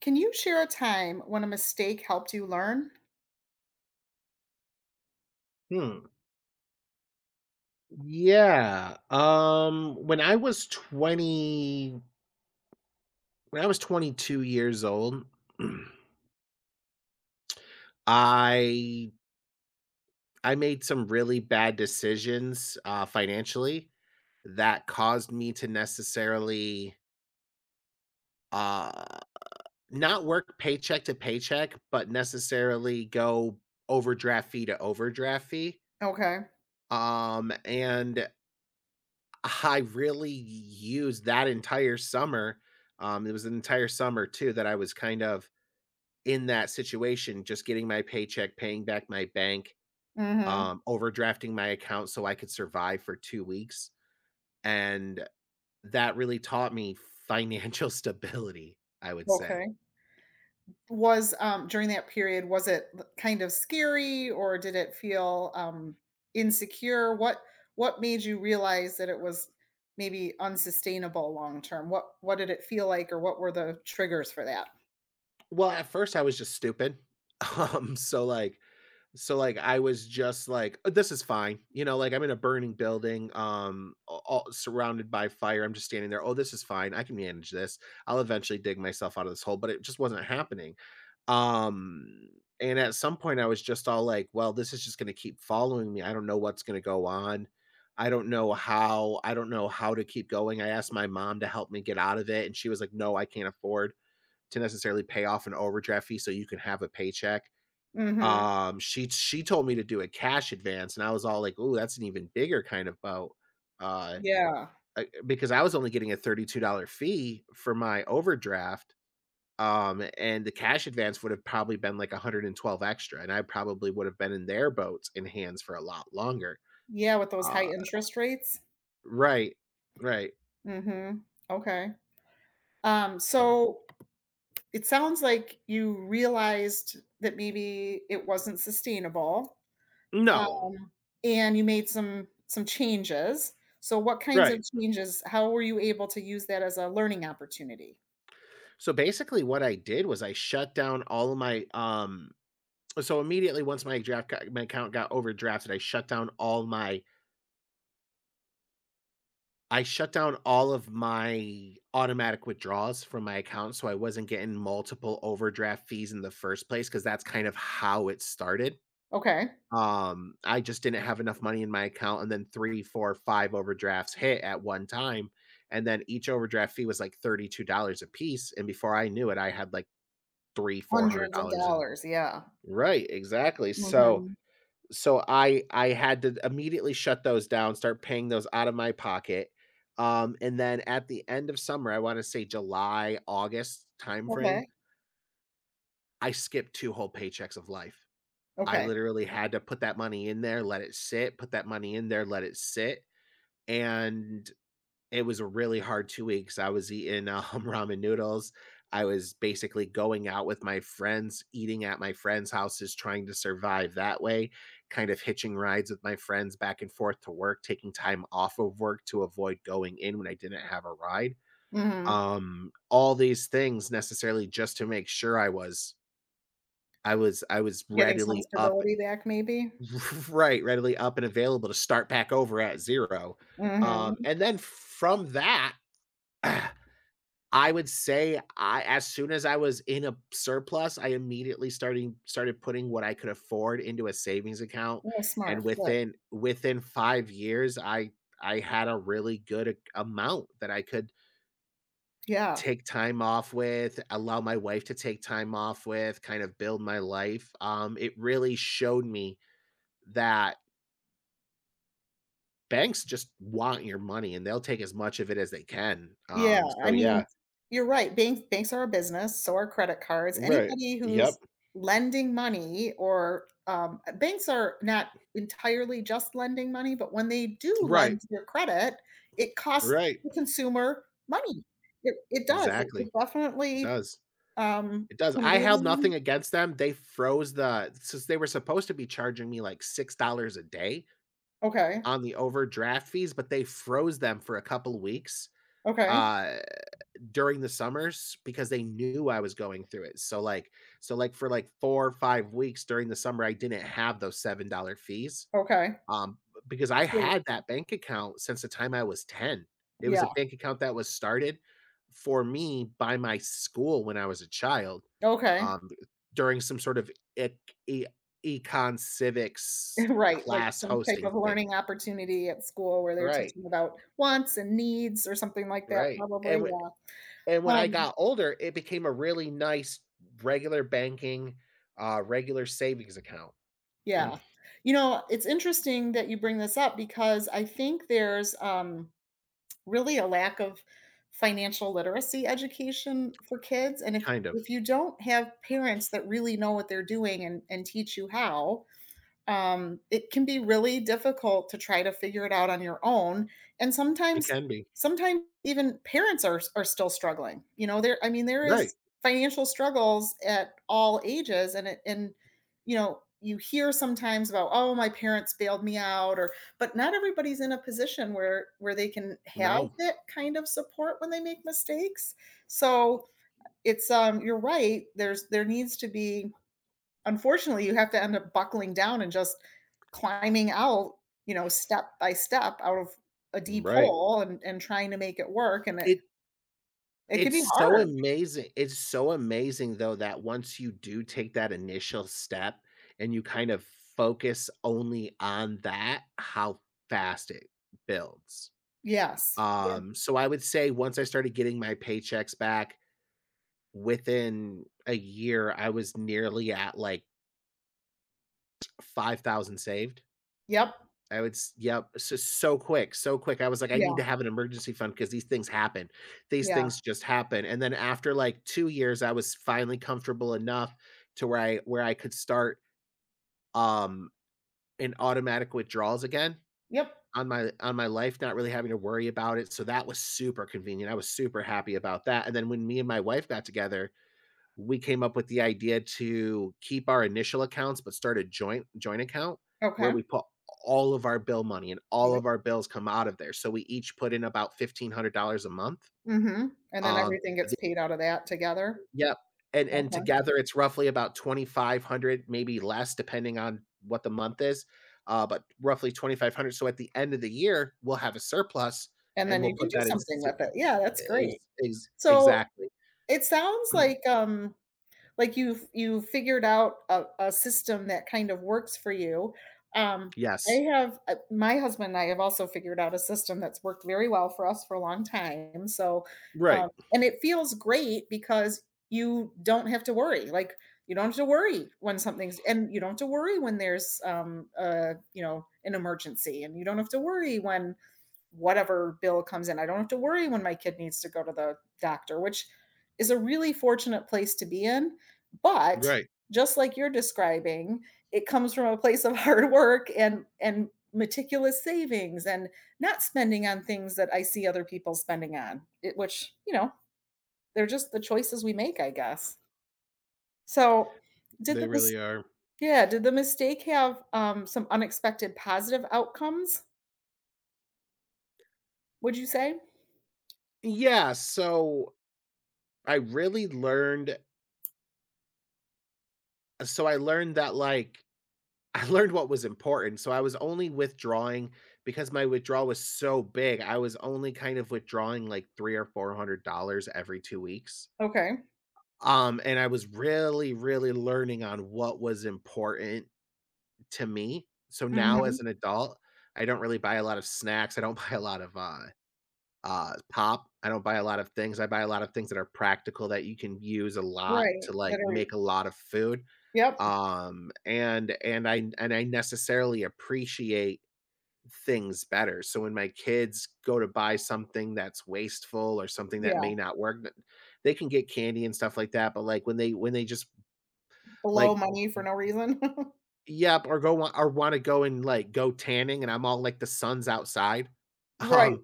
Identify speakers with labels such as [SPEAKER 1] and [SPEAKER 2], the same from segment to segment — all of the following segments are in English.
[SPEAKER 1] Can you share a time when a mistake helped you learn?
[SPEAKER 2] Hmm. Yeah. When I was 22 years old, I I made some really bad decisions financially that caused me to necessarily uh not work paycheck to paycheck, but necessarily go overdraft fee to overdraft fee.
[SPEAKER 1] Okay.
[SPEAKER 2] And I really used that entire summer. It was an entire summer too that I was kind of in that situation, just getting my paycheck, paying back my bank,
[SPEAKER 1] Mhm.
[SPEAKER 2] overdrafting my account so I could survive for 2 weeks, and that really taught me financial stability, I would say.
[SPEAKER 1] Okay. Was, during that period, was it l kind of scary, or did it feel, insecure? What made you realize that it was maybe unsustainable long term? What did it feel like, or what were the triggers for that?
[SPEAKER 2] Well, at first I was just stupid. um, so, like, So like I was just like, "Oh, this is fine. Like I'm in a burning building, all surrounded by fire. I'm just standing there. Oh, this is fine. I can manage this. I'll eventually dig myself out of this hole, but it just wasn't happening. Um, and at some point I was just all like, well, this is just going to keep following me. I don't know what's going to go on. I don't know how to keep going. I asked my mom to help me get out of it. And she was like, no, I can't afford to necessarily pay off an overdraft fee so you can have a paycheck
[SPEAKER 1] Mhm.
[SPEAKER 2] um, she she told me to do a cash advance, and I was all like, "Ooh, that's an even bigger kind of boat," uh,
[SPEAKER 1] Yeah.
[SPEAKER 2] because I was only getting a $32 fee for my overdraft, and the cash advance would have probably been like 112 extra, and I probably would have been in their boats and hands for a lot longer.
[SPEAKER 1] Yeah, with those high
[SPEAKER 2] Uh,
[SPEAKER 1] interest rates?
[SPEAKER 2] right, right.
[SPEAKER 1] Mhm. Okay. Um,
[SPEAKER 2] Mm.
[SPEAKER 1] so it sounds like you realized that maybe it wasn't sustainable, uh,
[SPEAKER 2] No,
[SPEAKER 1] and you made some changes. So what kinds of
[SPEAKER 2] right.
[SPEAKER 1] changes how were you able to use that as a learning opportunity?
[SPEAKER 2] So basically, what I did was I shut down all of my. So immediately once my account got overdrafted, I shut down all of my automatic withdrawals from my account so I wasn't getting multiple overdraft fees in the first place. Because that's kind of how it started.
[SPEAKER 1] Okay.
[SPEAKER 2] I just didn't have enough money in my account and then 3, 4, 5 overdrafts hit at one time, and then each overdraft fee was like $32 piece. And before I knew it, I had like three,
[SPEAKER 1] Hundreds of
[SPEAKER 2] $400 in.
[SPEAKER 1] dollars, yeah.
[SPEAKER 2] Right, exactly, so
[SPEAKER 1] Mhm.
[SPEAKER 2] so I had to immediately shut those down, start paying those out of my pocket. And then at the end of summer, I want to say July, August timeframe,
[SPEAKER 1] Okay.
[SPEAKER 2] I skipped two whole paychecks of life. I
[SPEAKER 1] Okay.
[SPEAKER 2] literally had to put that money in there, let it sit, put that money in there, let it sit. And it was a really hard 2 weeks. I was eating, ramen noodles. I was basically going out with my friends, eating at my friends' houses, trying to survive that way, kind of hitching rides with my friends back and forth to work, taking time off of work to avoid going in when I didn't have a ride.
[SPEAKER 1] Mhm.
[SPEAKER 2] All these things necessarily just to make sure I was
[SPEAKER 1] Getting some
[SPEAKER 2] readily up.
[SPEAKER 1] stability back maybe?
[SPEAKER 2] Right, readily up and available to start back over at 0. Um,
[SPEAKER 1] Mhm.
[SPEAKER 2] and then from that, I would say I as soon as I was in a surplus, I immediately starting started putting what I could afford into a savings account,
[SPEAKER 1] Yeah,
[SPEAKER 2] and
[SPEAKER 1] smart, good.
[SPEAKER 2] within 5 years, I had a really good ac amount that I could
[SPEAKER 1] Yeah,
[SPEAKER 2] take time off with, allow my wife to take time off with, kind of build my life. It really showed me that banks just want your money, and they'll take as much of it as they can.
[SPEAKER 1] yeah, I
[SPEAKER 2] So
[SPEAKER 1] mean,
[SPEAKER 2] yeah.
[SPEAKER 1] you're right, banks are a business, so are credit cards.
[SPEAKER 2] Right.
[SPEAKER 1] Anybody who's
[SPEAKER 2] Yep.
[SPEAKER 1] lending money or, banks are not entirely just lending money, but when they do
[SPEAKER 2] Right.
[SPEAKER 1] lend your credit, it costs
[SPEAKER 2] Right.
[SPEAKER 1] the consumer money. It does, it
[SPEAKER 2] Exactly,
[SPEAKER 1] it
[SPEAKER 2] it
[SPEAKER 1] definitely,
[SPEAKER 2] does. It does.
[SPEAKER 1] can
[SPEAKER 2] I held
[SPEAKER 1] really
[SPEAKER 2] nothing against them. They froze the since they were supposed to be charging me like $6 a day
[SPEAKER 1] Okay,
[SPEAKER 2] on the overdraft fees, but they froze them for a couple weeks,
[SPEAKER 1] okay,
[SPEAKER 2] uh, during the summers because they knew I was going through it. So, like, for, like, 4 or 5 weeks during the summer, I didn't have those $7 fees.
[SPEAKER 1] okay.
[SPEAKER 2] Um, because I had that bank account since the time I was 10. It was
[SPEAKER 1] Yeah,
[SPEAKER 2] a bank account that was started for me by my school when I was a child,
[SPEAKER 1] okay.
[SPEAKER 2] um, during some sort of ec e econ civics
[SPEAKER 1] Right, like
[SPEAKER 2] class
[SPEAKER 1] some type
[SPEAKER 2] hosting
[SPEAKER 1] of
[SPEAKER 2] thing.
[SPEAKER 1] learning opportunity at school where they're
[SPEAKER 2] Right,
[SPEAKER 1] teaching about wants and needs or something like that
[SPEAKER 2] right, and
[SPEAKER 1] probably,
[SPEAKER 2] when
[SPEAKER 1] yeah.
[SPEAKER 2] and when I
[SPEAKER 1] Um,
[SPEAKER 2] got older, it became a really nice regular banking, regular savings account.
[SPEAKER 1] yeah. You know, it's interesting that you bring this up because I think there's, really a lack of financial literacy education for kids, and if
[SPEAKER 2] Kind of.
[SPEAKER 1] if you don't have parents that really know what they're doing and teach you how it can be really difficult to try to figure it out on your own. And
[SPEAKER 2] It
[SPEAKER 1] sometimes,
[SPEAKER 2] can be.
[SPEAKER 1] sometimes even parents are still struggling. You know, there. I mean, there
[SPEAKER 2] Right.
[SPEAKER 1] is financial struggles at all ages, and it and you know you hear sometimes about oh my parents bailed me out or but not everybody's in a position where they can have
[SPEAKER 2] No.
[SPEAKER 1] that kind of support when they make mistakes, so it's you're right, there's there needs to be, unfortunately, you have to end up buckling down and just climbing out, you know, step by step, out of a deep
[SPEAKER 2] Right.
[SPEAKER 1] hole, and trying to make it work, and it
[SPEAKER 2] It
[SPEAKER 1] it can be
[SPEAKER 2] It's so
[SPEAKER 1] hard.
[SPEAKER 2] amazing it's so amazing, though, that once you do take that initial step and you kind of focus only on that, how fast it builds.
[SPEAKER 1] Yes, yep.
[SPEAKER 2] So I would say once I started getting my paychecks back, within a year, I was nearly at, like, 5,000 saved.
[SPEAKER 1] Yep,
[SPEAKER 2] I would s Yep, so quick, so quick. I was like, "I need
[SPEAKER 1] yeah,
[SPEAKER 2] to have an emergency fund because these things happen." These
[SPEAKER 1] yeah.
[SPEAKER 2] things just happen, and then after, like, 2 years, I was finally comfortable enough to where I could start, um, an automatic withdrawals again
[SPEAKER 1] Yep,
[SPEAKER 2] on my life, not really having to worry about it, so that was super convenient. I was super happy about that, and then when me and my wife got together we came up with the idea to keep our initial accounts but start a joint account where
[SPEAKER 1] okay,
[SPEAKER 2] we put all of our bill money and all
[SPEAKER 1] yep.
[SPEAKER 2] of our bills come out of there so we each put in about $1,500 a month.
[SPEAKER 1] Mhm, and then
[SPEAKER 2] um
[SPEAKER 1] everything gets
[SPEAKER 2] the,
[SPEAKER 1] paid out of that together.
[SPEAKER 2] yep. And
[SPEAKER 1] Okay.
[SPEAKER 2] together it's roughly about 2,500 maybe less depending on what the month is, but roughly 2,500 so at the end of the year we'll have a surplus
[SPEAKER 1] And
[SPEAKER 2] and
[SPEAKER 1] then
[SPEAKER 2] we'll
[SPEAKER 1] you can
[SPEAKER 2] put
[SPEAKER 1] do
[SPEAKER 2] that in.
[SPEAKER 1] something with it, yeah, that's
[SPEAKER 2] Ex,
[SPEAKER 1] great. So
[SPEAKER 2] exactly.
[SPEAKER 1] it sounds like, like you've you figured out a system that kind of works for you, um I
[SPEAKER 2] Yes.
[SPEAKER 1] have, my husband and I have also figured out a system that's worked very well for us for a long time, so
[SPEAKER 2] Right,
[SPEAKER 1] and it feels great because you don't have to worry, like, you don't have to worry when something's and you don't have to worry when there's you know, an emergency, and you don't have to worry when whatever bill comes in. I don't have to worry when my kid needs to go to the doctor, which is a really fortunate place to be in. But
[SPEAKER 2] right,
[SPEAKER 1] just like you're describing, it comes from a place of hard work and meticulous savings and not spending on things that I see other people spending on, it, which, you know, they're just the choices we make, I guess. So, did
[SPEAKER 2] they
[SPEAKER 1] the
[SPEAKER 2] really
[SPEAKER 1] mis-
[SPEAKER 2] are.
[SPEAKER 1] yeah, did the mistake have, some unexpected positive outcomes? Would you say?
[SPEAKER 2] Yeah, so I really learned so I learned that, like, I learned what was important, so I was only withdrawing because my withdrawal was so big, I was only kind of withdrawing, like, 3 or $400 every 2 weeks,
[SPEAKER 1] Okay.
[SPEAKER 2] and I was really, really learning on what was important to me, so now as an adult, I don't really buy a lot of snacks, I don't buy a lot of, pop, I don't buy a lot of things. I buy a lot of things that are practical that you can use a lot
[SPEAKER 1] Right,
[SPEAKER 2] to, like,
[SPEAKER 1] that are
[SPEAKER 2] make a lot of food.
[SPEAKER 1] yep,
[SPEAKER 2] And I necessarily appreciate things better. So when my kids go to buy something that's wasteful or something that
[SPEAKER 1] yeah,
[SPEAKER 2] may not work, th they can get candy and stuff like that, but, like, when they just,
[SPEAKER 1] below
[SPEAKER 2] like,
[SPEAKER 1] money for no reason.
[SPEAKER 2] yep, or wanna go and, like, go tanning, and I'm all like, "The sun's outside."
[SPEAKER 1] Right,
[SPEAKER 2] Um,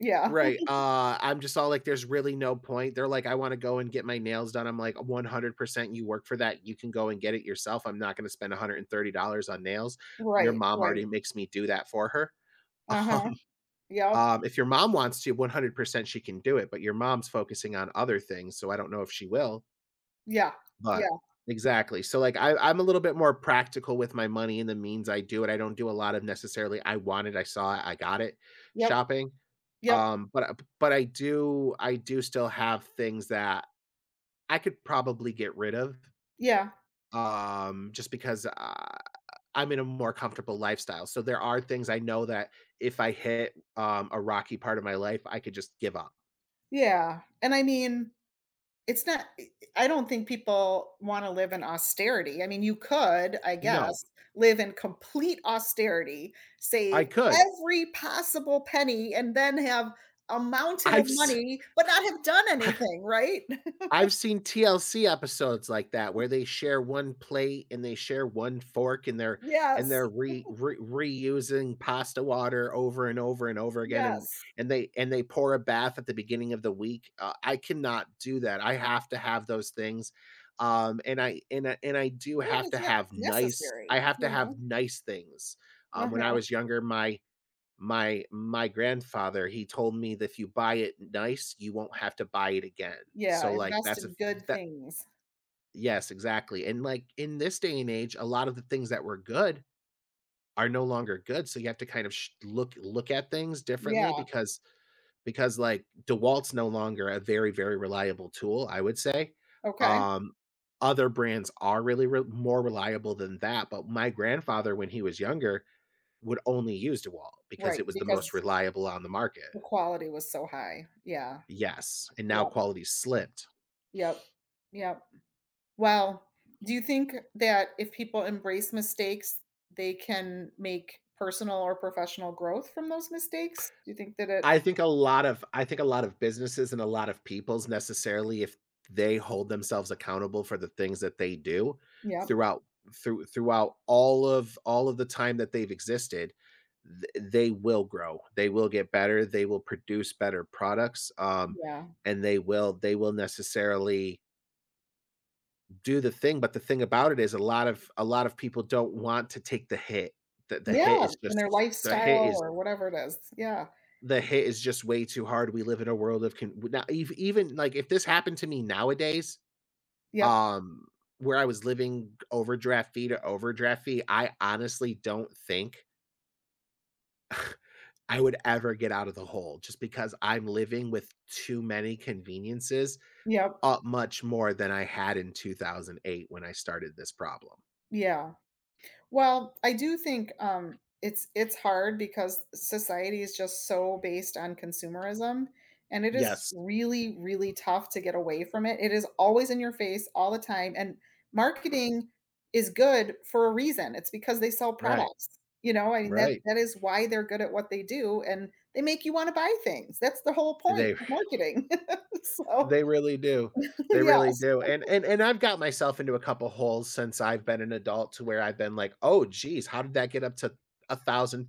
[SPEAKER 1] yeah.
[SPEAKER 2] Right, I'm just all like, "There's really no point." They're like, "I wanna go and get my nails done." I'm like, "100% you work for that, you can go and get it yourself, I'm not gonna spend $130 on nails. Your
[SPEAKER 1] Right,
[SPEAKER 2] mom
[SPEAKER 1] right.
[SPEAKER 2] already makes me do that for her."
[SPEAKER 1] Uh-huh,
[SPEAKER 2] Um,
[SPEAKER 1] yep,
[SPEAKER 2] if your mom wants to, 100% she can do it, but your mom's focusing on other things, so I don't know if she will.
[SPEAKER 1] yeah,
[SPEAKER 2] But
[SPEAKER 1] yeah,
[SPEAKER 2] exactly. So, like, I'm a little bit more practical with my money and the means I do it. I don't do a lot of necessarily, "I wanted, I saw it, I got it,"
[SPEAKER 1] yep,
[SPEAKER 2] shopping.
[SPEAKER 1] yep,
[SPEAKER 2] Um, but I but I do still have things that I could probably get rid of,
[SPEAKER 1] yeah,
[SPEAKER 2] just because, I'm in a more comfortable lifestyle. So, there are things I know that if I hit, a rocky part of my life, I could just give up.
[SPEAKER 1] yeah, and I mean, it's not I I don't think people wanna live in austerity, I mean, you could, I guess,
[SPEAKER 2] No,
[SPEAKER 1] live in complete austerity,
[SPEAKER 2] I
[SPEAKER 1] save
[SPEAKER 2] could.
[SPEAKER 1] every possible penny, and then have a mountain of
[SPEAKER 2] I've
[SPEAKER 1] money, but not have done anything, right?
[SPEAKER 2] I've seen TLC episodes like that where they share one plate and they share one fork and they're and
[SPEAKER 1] Yes,
[SPEAKER 2] they're re, re reusing pasta water over and over and over again and
[SPEAKER 1] yes.
[SPEAKER 2] and they and they pour a bath at the beginning of the week. I cannot do that. I have to have those things. And I do
[SPEAKER 1] Yeah, and
[SPEAKER 2] have
[SPEAKER 1] it's
[SPEAKER 2] to
[SPEAKER 1] not
[SPEAKER 2] have nice I
[SPEAKER 1] necessary,
[SPEAKER 2] have to
[SPEAKER 1] you know?
[SPEAKER 2] have nice things. When I
[SPEAKER 1] Uh-huh.
[SPEAKER 2] was younger my my grandfather, he told me that if you buy it nice, you won't have to buy it again.
[SPEAKER 1] Yeah,
[SPEAKER 2] So, like,
[SPEAKER 1] invest
[SPEAKER 2] that's a f
[SPEAKER 1] in good
[SPEAKER 2] that
[SPEAKER 1] things.
[SPEAKER 2] yes, exactly, and, like, in this day and age, a lot of the things that were good are no longer good, so you have to kind of sh look look at things differently
[SPEAKER 1] Yeah,
[SPEAKER 2] because, like, DeWalt's no longer a very, very reliable tool, I would say.
[SPEAKER 1] okay,
[SPEAKER 2] Um, Other brands are really re more reliable than that, but my grandfather, when he was younger, would only use DeWalt because
[SPEAKER 1] right,
[SPEAKER 2] it was the most
[SPEAKER 1] because
[SPEAKER 2] reliable on the market.
[SPEAKER 1] the quality was so high. Yeah.
[SPEAKER 2] Yes, and now
[SPEAKER 1] Yep,
[SPEAKER 2] quality slipped.
[SPEAKER 1] yep, yep. Well, do you think that if people embrace mistakes, they can make personal or professional growth from those mistakes? Do you think that it
[SPEAKER 2] I think a lot of businesses and a lot of peoples necessarily if they hold themselves accountable for the things that they do
[SPEAKER 1] Yep,
[SPEAKER 2] throughout throughout all of the time that they've existed, they will grow. They will get better, they will produce better products,
[SPEAKER 1] yeah.
[SPEAKER 2] and they will necessarily do the thing, but the thing about it is a lot of people don't want to take the hit. The hit
[SPEAKER 1] Yeah,
[SPEAKER 2] is
[SPEAKER 1] in their
[SPEAKER 2] just the hit
[SPEAKER 1] lifestyle
[SPEAKER 2] is
[SPEAKER 1] or whatever it is. Yeah.
[SPEAKER 2] The hit is just way too hard. We live in a world of con now ev even, like, if this happened to me nowadays,
[SPEAKER 1] Yep,
[SPEAKER 2] um, where I was living overdraft fee to overdraft fee, I honestly don't think I would ever get out of the hole just because I'm living with too many conveniences
[SPEAKER 1] yep,
[SPEAKER 2] up much more than I had in 2008 when I started this problem.
[SPEAKER 1] yeah. Well, I do think, it's hard because society is just so based on consumerism, and it is
[SPEAKER 2] Yes.
[SPEAKER 1] really, really tough to get away from it. It is always in your face all the time, and marketing is good for a reason. It's because they sell
[SPEAKER 2] Right.
[SPEAKER 1] products, you know? I mean, that
[SPEAKER 2] Right.
[SPEAKER 1] that is why they're good at what they do, and they make you wanna buy things. That's the whole point
[SPEAKER 2] They
[SPEAKER 1] of marketing. So,
[SPEAKER 2] They really do. They really
[SPEAKER 1] yes.
[SPEAKER 2] do, and I've got myself into a couple holes since I've been an adult to where I've been like, "Oh, geez, how did that get up to a thousand,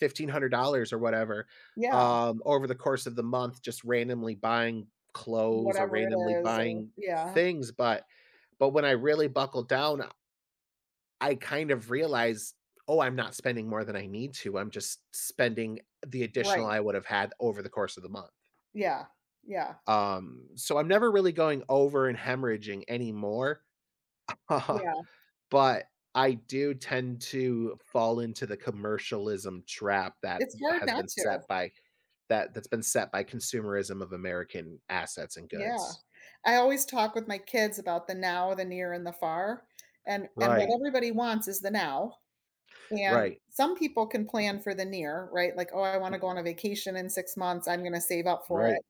[SPEAKER 2] $1,500 or whatever?"
[SPEAKER 1] Yeah.
[SPEAKER 2] Over the course of the month, just randomly buying clothes or
[SPEAKER 1] Whatever it
[SPEAKER 2] randomly
[SPEAKER 1] is or
[SPEAKER 2] buying
[SPEAKER 1] yeah.
[SPEAKER 2] things, but when I really buckled down, I kind of realized, "Oh, I'm not spending more than I need to. I'm just spending the additional
[SPEAKER 1] Right.
[SPEAKER 2] I would have had over the course of the month."
[SPEAKER 1] Yeah. Yeah.
[SPEAKER 2] So I'm never really going over and hemorrhaging anymore.
[SPEAKER 1] Yeah.
[SPEAKER 2] But I do tend to fall into the commercialism trap that
[SPEAKER 1] It's hard
[SPEAKER 2] has
[SPEAKER 1] not
[SPEAKER 2] been
[SPEAKER 1] to.
[SPEAKER 2] set by that's been set by consumerism of American assets and
[SPEAKER 1] Yeah.
[SPEAKER 2] goods.
[SPEAKER 1] I always talk with my kids about the now, the near, and the far, and what
[SPEAKER 2] Right.
[SPEAKER 1] everybody wants is the now, and
[SPEAKER 2] Right.
[SPEAKER 1] some people can plan for the near, right? Like, "Oh, I wanna go on a vacation in 6 months, I'm gonna save up for it."
[SPEAKER 2] Right.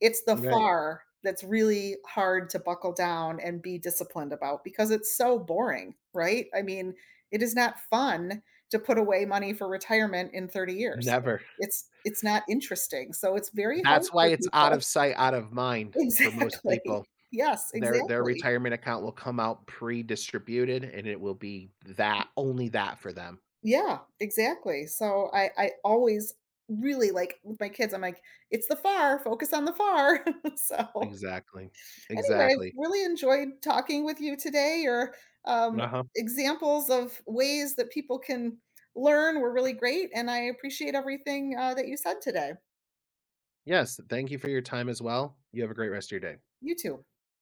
[SPEAKER 1] It's the
[SPEAKER 2] Right.
[SPEAKER 1] far that's really hard to buckle down and be disciplined about because it's so boring, right? I mean, it is not fun to put away money for retirement in 30 years.
[SPEAKER 2] Never.
[SPEAKER 1] It's not interesting, so it's very hard
[SPEAKER 2] That's why
[SPEAKER 1] for
[SPEAKER 2] it's out
[SPEAKER 1] people.
[SPEAKER 2] of sight, out of mind for most
[SPEAKER 1] Exactly.
[SPEAKER 2] people.
[SPEAKER 1] Yes,
[SPEAKER 2] Their
[SPEAKER 1] exactly.
[SPEAKER 2] retirement account will come out pre-distributed and it will be that only that for them.
[SPEAKER 1] Yeah, exactly. So I always really like with my kids, I'm like, "It's the far, focus on the far." So,
[SPEAKER 2] Exactly.
[SPEAKER 1] anyways,
[SPEAKER 2] Exactly.
[SPEAKER 1] really enjoyed talking with you today. Your um,
[SPEAKER 2] Uh-huh.
[SPEAKER 1] examples of ways that people can learn were really great, and I appreciate everything that you said today.
[SPEAKER 2] Yes, thank you for your time as well. You have a great rest of your day.
[SPEAKER 1] You too.